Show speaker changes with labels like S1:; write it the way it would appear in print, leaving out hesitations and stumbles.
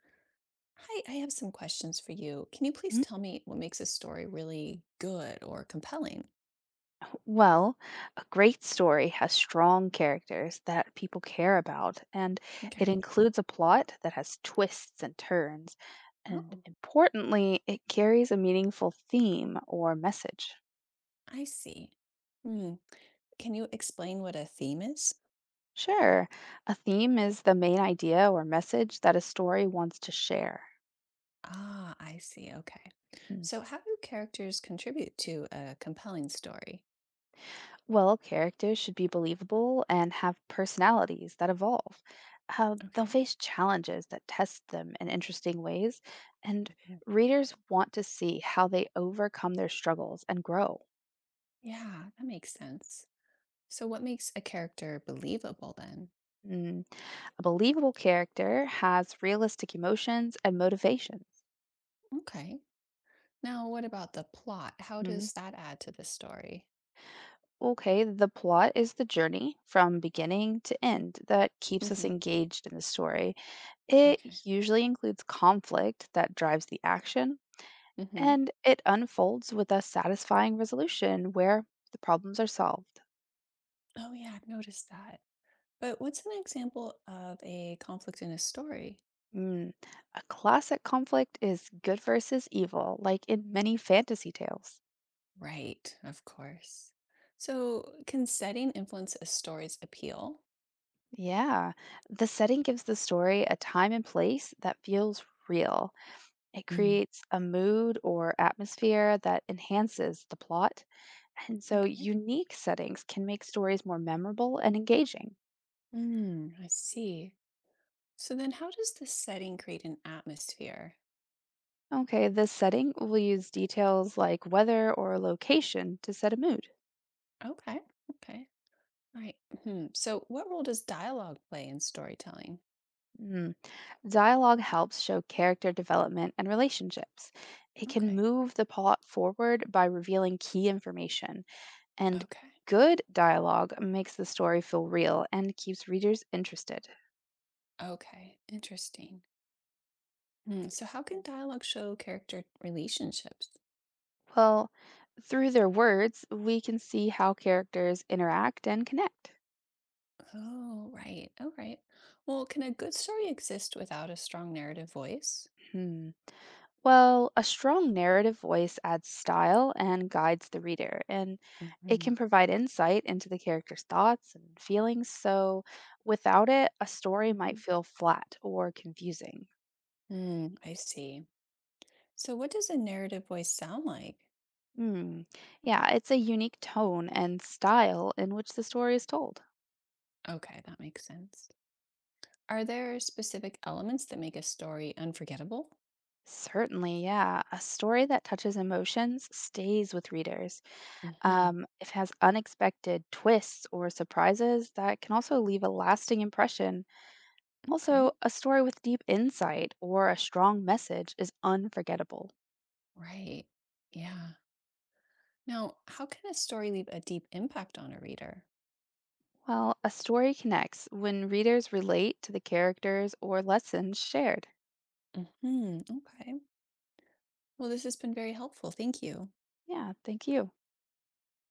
S1: Hi, I have some questions for you. Can you please
S2: Mm,
S1: tell me what makes a story really good or compelling?
S2: well, a great story has strong characters that people care about, and it
S1: Okay.
S2: includes a plot that has twists and turns. And
S1: Oh,
S2: importantly, it carries a meaningful theme or message.
S1: I see. Hmm. Can you explain what a theme is?
S2: Sure, a theme is the main idea or message that a story wants to share.
S1: Ah, I see. Okay.
S2: Mhm.
S1: So, how do characters contribute to a compelling story?
S2: Well, characters should be believable and have personalities that evolve. How they'll
S1: Okay.
S2: face challenges that test them in interesting ways, and
S1: Mhm.
S2: readers want to see how they overcome their struggles and grow.
S1: Yeah, that makes sense. So, what makes a character believable then?
S2: Mm. A believable character has realistic emotions and motivations.
S1: Okay. Now, what about the plot? How
S2: Mm.
S1: does that add to the story?
S2: Okay, the plot is the journey from beginning to end that keeps us
S1: Hmm.
S2: engaged in the story. It
S1: Okay.
S2: usually includes conflict that drives the action, and it unfolds with a satisfying resolution where the problems are solved.
S1: Oh yeah, I've noticed that. But what's an example of a conflict in a story?
S2: Mm. A classic conflict is good versus evil, like in many fantasy tales.
S1: Right, of course. So can setting influence a story's appeal?
S2: Yeah, the setting gives the story a time and place that feels real. It
S1: Mm.
S2: creates a mood or atmosphere that enhances the plot. And so,
S1: Okay.
S2: unique settings can make stories more memorable and engaging.
S1: Mm, I see. So then how does the setting create an atmosphere?
S2: Okay, this setting will use details like weather or location to set a mood.
S1: Okay. Okay. All right. Hmm. So what role does dialogue play in storytelling?
S2: Mm. Dialogue helps show character development and relationships. It can
S1: Okay.
S2: move the plot forward by revealing key information, and
S1: Okay.
S2: good dialogue makes the story feel real and keeps readers interested.
S1: Okay. Interesting. Hmm. So how can dialogue show character relationships?
S2: Well, through their words, we can see how characters interact and connect.
S1: Oh, right. All right. Well, can a good story exist without a strong narrative voice?
S2: Hmm. Well, a strong narrative voice adds style and guides the reader, and it
S1: Hmm.
S2: can provide insight into the character's thoughts and feelings. So, without it, a story might
S1: Hmm.
S2: feel flat or confusing.
S1: Mm, I see. So, what does a narrative voice sound like?
S2: Hmm. Yeah, it's a unique tone and style in which the story is told.
S1: Okay, that makes sense. Are there specific elements that make a story unforgettable?
S2: Certainly, yeah. A story that touches emotions stays with readers.
S1: Hmm.
S2: If it has unexpected twists or surprises, that can also leave a lasting impression. Also,
S1: Okay,
S2: a story with deep insight or a strong message is unforgettable.
S1: right. Yeah. Now, how can a story leave a deep impact on a reader?
S2: While a story connects when readers relate to the characters or lessons shared.
S1: Hmm. Okay. Well, this has been very helpful. Thank you.
S2: Yeah, thank you.